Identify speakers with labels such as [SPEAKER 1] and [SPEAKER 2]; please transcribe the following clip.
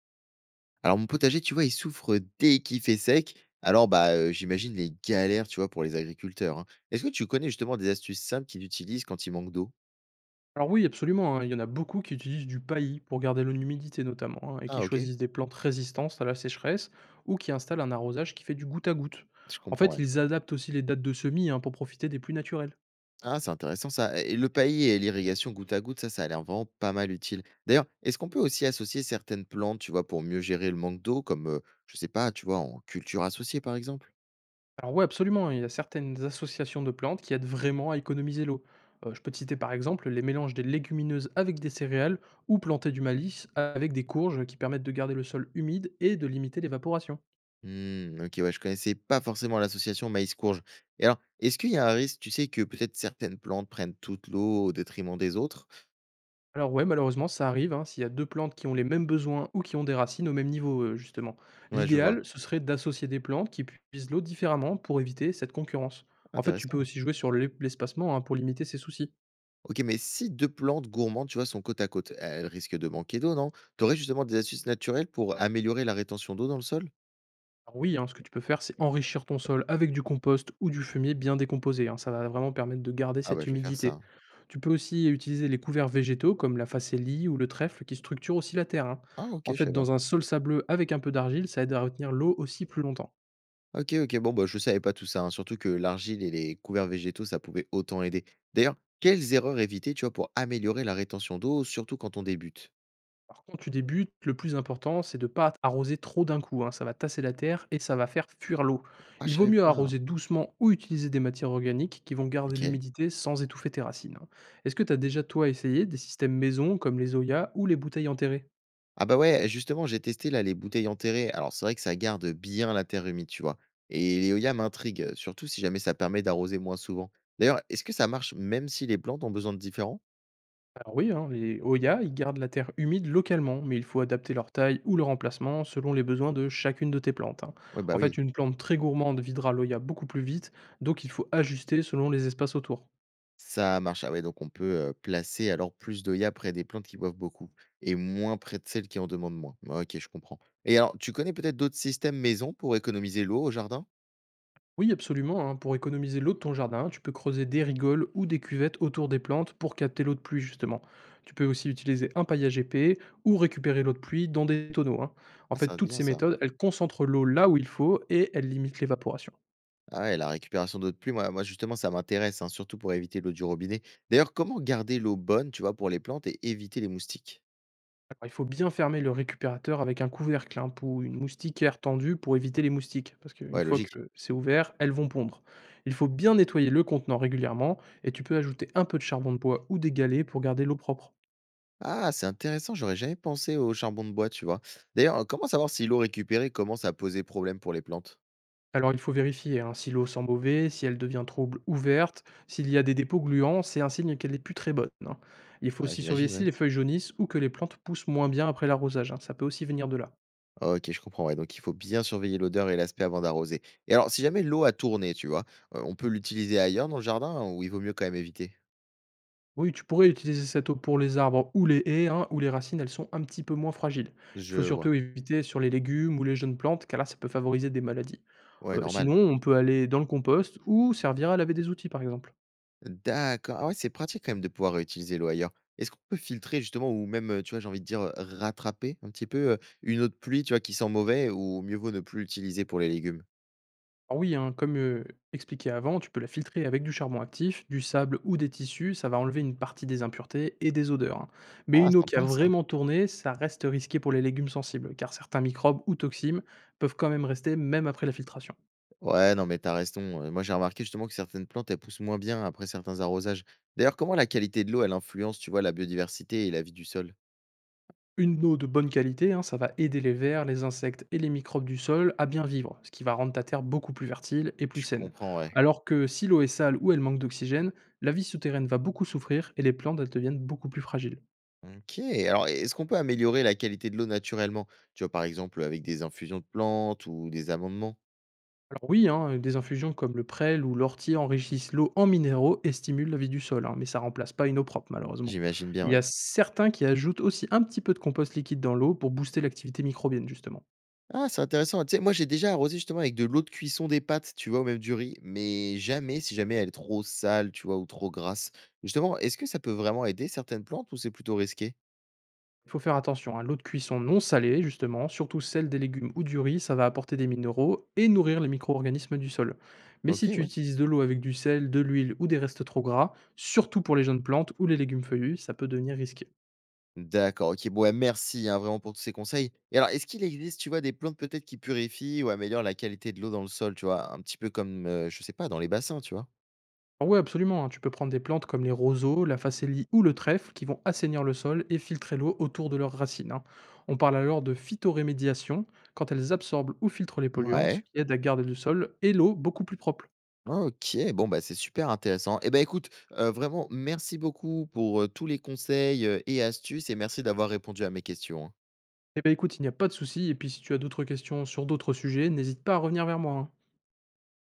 [SPEAKER 1] Alors mon potager, tu vois, il souffre dès qu'il fait sec. Alors bah, j'imagine les galères, tu vois, pour les agriculteurs, hein. Est-ce que tu connais justement des astuces simples qu'ils utilisent quand il manque d'eau?
[SPEAKER 2] Alors oui, absolument, hein, il y en a beaucoup qui utilisent du paillis pour garder l'humidité notamment, hein, et qui
[SPEAKER 1] Ah OK,
[SPEAKER 2] choisissent des plantes résistantes à la sécheresse ou qui installent un arrosage qui fait du goutte à goutte.
[SPEAKER 1] je
[SPEAKER 2] En
[SPEAKER 1] comprends,
[SPEAKER 2] fait,
[SPEAKER 1] ouais.
[SPEAKER 2] ils adaptent aussi les dates de semis hein, pour profiter des pluies naturelles.
[SPEAKER 1] Ah, c'est intéressant ça et le paillis et l'irrigation goutte à goutte, ça a l'air vraiment pas mal utile. D'ailleurs, est-ce qu'on peut aussi associer certaines plantes, tu vois, pour mieux gérer le manque d'eau comme, je sais pas, tu vois, en culture associée, par exemple?
[SPEAKER 2] Alors oui, absolument, hein, il y a certaines associations de plantes qui aident vraiment à économiser l'eau. Je peux te citer par exemple les mélanges des légumineuses avec des céréales ou planter du malice avec des courges qui permettent de garder le sol humide et de limiter l'évaporation.
[SPEAKER 1] Mmh, OK, ouais, je connaissais pas forcément l'association maïs-courge et alors, est-ce qu'il y a un risque, tu sais, que peut-être certaines plantes prennent toute l'eau au détriment des autres?
[SPEAKER 2] Alors ouais, malheureusement, ça arrive, hein, s'il y a 2 plantes qui ont les mêmes besoins ou qui ont des racines au même niveau, justement.
[SPEAKER 1] Ouais, je vois.
[SPEAKER 2] L'idéal, ce serait d'associer des plantes qui puisent l'eau différemment pour éviter cette concurrence. En fait, tu peux
[SPEAKER 1] Intéressant.
[SPEAKER 2] aussi jouer sur l'espacement, hein, pour limiter ces soucis.
[SPEAKER 1] OK, mais si 2 plantes gourmandes, tu vois, sont côte à côte, elles risquent de manquer d'eau, non? T'aurais justement des astuces naturelles pour améliorer la rétention d'eau dans le sol?
[SPEAKER 2] Alors oui, hein, ce que tu peux faire, c'est enrichir ton sol avec du compost ou du fumier bien décomposé, hein, ça va vraiment permettre de garder
[SPEAKER 1] Ah
[SPEAKER 2] cette
[SPEAKER 1] bah, je vais faire
[SPEAKER 2] humidité.
[SPEAKER 1] ça.
[SPEAKER 2] Tu peux aussi utiliser les couverts végétaux comme la facélie ou le trèfle qui structurent aussi la terre, hein.
[SPEAKER 1] Ah
[SPEAKER 2] En
[SPEAKER 1] OK, je
[SPEAKER 2] fait,
[SPEAKER 1] sais pas.
[SPEAKER 2] dans un sol sableux avec un peu d'argile, ça aide à retenir l'eau aussi plus longtemps.
[SPEAKER 1] OK, OK, bon, bah, je savais pas tout ça, hein, surtout que l'argile et les couverts végétaux, ça pouvait autant aider. D'ailleurs, quelles erreurs éviter, tu vois, pour améliorer la rétention d'eau, surtout quand on débute?
[SPEAKER 2] Alors quand tu débutes, le plus important, c'est de ne pas arroser trop d'un coup, hein, ça va tasser la terre et ça va faire fuir l'eau.
[SPEAKER 1] Ah,
[SPEAKER 2] Il
[SPEAKER 1] je
[SPEAKER 2] vaut
[SPEAKER 1] savais
[SPEAKER 2] mieux
[SPEAKER 1] pas.
[SPEAKER 2] arroser doucement ou utiliser des matières organiques qui vont garder
[SPEAKER 1] OK.
[SPEAKER 2] l'humidité sans étouffer tes racines, hein. Est-ce que tu as déjà toi essayé des systèmes maison comme les Oya ou les bouteilles enterrées?
[SPEAKER 1] Ah bah ouais, justement, j'ai testé là les bouteilles enterrées. Alors c'est vrai que ça garde bien la terre humide, tu vois. Et l'éolien m'intrigue, surtout si jamais ça permet d'arroser moins souvent. D'ailleurs, est-ce que ça marche même si les plantes ont besoin de différents.
[SPEAKER 2] Alors oui, hein, les Oya, ils gardent la terre humide localement, mais il faut adapter leur taille ou leur emplacement selon les besoins de chacune de tes plantes, hein.
[SPEAKER 1] Ouais, bah
[SPEAKER 2] En fait,
[SPEAKER 1] oui,
[SPEAKER 2] une plante très gourmande videra l'Oya beaucoup plus vite, donc il faut ajuster selon les espaces autour.
[SPEAKER 1] ça marche. Ah ouais, donc on peut placer alors plus d'œillets près des plantes qui boivent beaucoup et moins près de celles qui en demandent moins. Ouais, Ok, je comprends. Et alors, tu connais peut-être d'autres systèmes maison pour économiser l'eau au jardin?
[SPEAKER 2] Oui, absolument, hein. Pour économiser l'eau de ton jardin, tu peux creuser des rigoles ou des cuvettes autour des plantes pour capter l'eau de pluie, justement. Tu peux aussi utiliser un paillage épais ou récupérer l'eau de pluie dans des tonneaux, hein. En
[SPEAKER 1] Ah, ça va
[SPEAKER 2] fait,
[SPEAKER 1] être
[SPEAKER 2] toutes
[SPEAKER 1] bien
[SPEAKER 2] ces
[SPEAKER 1] ça.
[SPEAKER 2] méthodes, elles concentrent l'eau là où il faut et elles limitent l'évaporation.
[SPEAKER 1] Ah ouais, la récupération d'eau de pluie, moi justement ça m'intéresse, hein, surtout pour éviter l'eau du robinet. D'ailleurs, comment garder l'eau bonne, tu vois, pour les plantes et éviter les moustiques?
[SPEAKER 2] Alors, il faut bien fermer le récupérateur avec un couvercle hein, ou une moustiquaire tendue pour éviter les moustiques, parce qu'une
[SPEAKER 1] Ouais,
[SPEAKER 2] fois
[SPEAKER 1] logique.
[SPEAKER 2] que c'est ouvert, elles vont pondre. Il faut bien nettoyer le contenant régulièrement et tu peux ajouter un peu de charbon de bois ou des galets pour garder l'eau propre.
[SPEAKER 1] Ah, c'est intéressant, j'aurais jamais pensé au charbon de bois, tu vois. D'ailleurs, comment savoir si l'eau récupérée commence à poser problème pour les plantes?
[SPEAKER 2] Alors il faut vérifier, hein, si l'eau sent mauvais, si elle devient trouble ou verte, s'il y a des dépôts gluants, c'est un signe qu'elle n'est plus très bonne, hein. Il faut
[SPEAKER 1] Ah,
[SPEAKER 2] aussi surveiller
[SPEAKER 1] j'imagine,
[SPEAKER 2] si
[SPEAKER 1] oui.
[SPEAKER 2] les feuilles jaunissent ou que les plantes poussent moins bien après l'arrosage, hein, ça peut aussi venir de là.
[SPEAKER 1] Ok, je comprends, ouais. Donc il faut bien surveiller l'odeur et l'aspect avant d'arroser. Et alors, si jamais l'eau a tourné, tu vois, on peut l'utiliser ailleurs dans le jardin ou il vaut mieux quand même éviter?
[SPEAKER 2] Oui, tu pourrais utiliser cette eau pour les arbres ou les haies, hein, où les racines elles sont un petit peu moins fragiles. Il
[SPEAKER 1] Je
[SPEAKER 2] faut
[SPEAKER 1] vois.
[SPEAKER 2] surtout éviter sur les légumes ou les jeunes plantes, car là ça peut favoriser des maladies.
[SPEAKER 1] Ouais, normal.
[SPEAKER 2] Sinon, on peut aller dans le compost ou servir à laver des outils par exemple.
[SPEAKER 1] D'accord. Ah ouais, c'est pratique quand même de pouvoir réutiliser l'eau ailleurs. Est-ce qu'on peut filtrer justement ou même, tu vois, j'ai envie de dire, rattraper un petit peu, une eau de pluie, tu vois, qui sent mauvais ou mieux vaut ne plus l'utiliser pour les légumes?
[SPEAKER 2] Alors oui, hein, comme expliqué avant, tu peux la filtrer avec du charbon actif, du sable ou des tissus, ça va enlever une partie des impuretés et des odeurs, hein. Mais
[SPEAKER 1] Ah,
[SPEAKER 2] une eau qui a
[SPEAKER 1] sympa ça.
[SPEAKER 2] vraiment tourné, ça reste risqué pour les légumes sensibles, car certains microbes ou toxines peuvent quand même rester même après la filtration.
[SPEAKER 1] Ouais, non, mais t'as raison, moi j'ai remarqué justement que certaines plantes, elles poussent moins bien après certains arrosages. D'ailleurs, comment la qualité de l'eau, elle influence, tu vois, la biodiversité et la vie du sol?
[SPEAKER 2] Une eau de bonne qualité, hein, ça va aider les vers, les insectes et les microbes du sol à bien vivre, ce qui va rendre ta terre beaucoup plus fertile et plus
[SPEAKER 1] Je
[SPEAKER 2] saine.
[SPEAKER 1] comprends, ouais.
[SPEAKER 2] Alors que si l'eau est sale ou elle manque d'oxygène, la vie souterraine va beaucoup souffrir et les plantes elles deviennent beaucoup plus fragiles.
[SPEAKER 1] OK. Alors, est-ce qu'on peut améliorer la qualité de l'eau naturellement? Tu vois, par exemple, avec des infusions de plantes ou des amendements?
[SPEAKER 2] Alors oui, hein, des infusions comme le prêle ou l'ortie enrichissent l'eau en minéraux et stimulent la vie du sol, hein, mais ça remplace pas une eau propre malheureusement.
[SPEAKER 1] J'imagine
[SPEAKER 2] Il
[SPEAKER 1] bien,
[SPEAKER 2] y a
[SPEAKER 1] ouais.
[SPEAKER 2] certains qui ajoutent aussi un petit peu de compost liquide dans l'eau pour booster l'activité microbienne justement.
[SPEAKER 1] Ah, c'est intéressant. Tu sais, moi, j'ai déjà arrosé justement avec de l'eau de cuisson des pâtes, tu vois, ou même du riz, mais jamais si jamais elle est trop sale, tu vois, ou trop grasse. Justement, est-ce que ça peut vraiment aider certaines plantes ou c'est plutôt risqué?
[SPEAKER 2] Il faut faire attention, hein, l'eau de cuisson non salée justement, surtout celle des légumes ou du riz, ça va apporter des minéraux et nourrir les micro-organismes du sol. Mais si
[SPEAKER 1] Ok,
[SPEAKER 2] tu
[SPEAKER 1] ouais.
[SPEAKER 2] utilises de l'eau avec du sel, de l'huile ou des restes trop gras, surtout pour les jeunes plantes ou les légumes feuillus, ça peut devenir risqué.
[SPEAKER 1] D'accord, ok. Bon, ouais, merci hein, vraiment pour tous ces conseils. Et alors, est-ce qu'il existe, tu vois, des plantes peut-être qui purifient ou améliorent la qualité de l'eau dans le sol, tu vois, un petit peu comme, je sais pas, dans les bassins, tu vois?
[SPEAKER 2] Oui, absolument, hein, tu peux prendre des plantes comme les roseaux, la facélie ou le trèfle qui vont assainir le sol et filtrer l'eau autour de leurs racines, hein. On parle alors de phytorémédiation quand elles absorbent ou filtrent les polluants, ce
[SPEAKER 1] Ouais.
[SPEAKER 2] qui aide à garder le sol et l'eau beaucoup plus propre.
[SPEAKER 1] Ok, bon, bah, c'est super intéressant. Eh ben, écoute, vraiment, merci beaucoup pour tous les conseils et astuces et merci d'avoir répondu à mes questions. Hein.
[SPEAKER 2] Eh bien écoute, il n'y a pas de souci, et puis si tu as d'autres questions sur d'autres sujets, n'hésite pas à revenir vers moi, hein.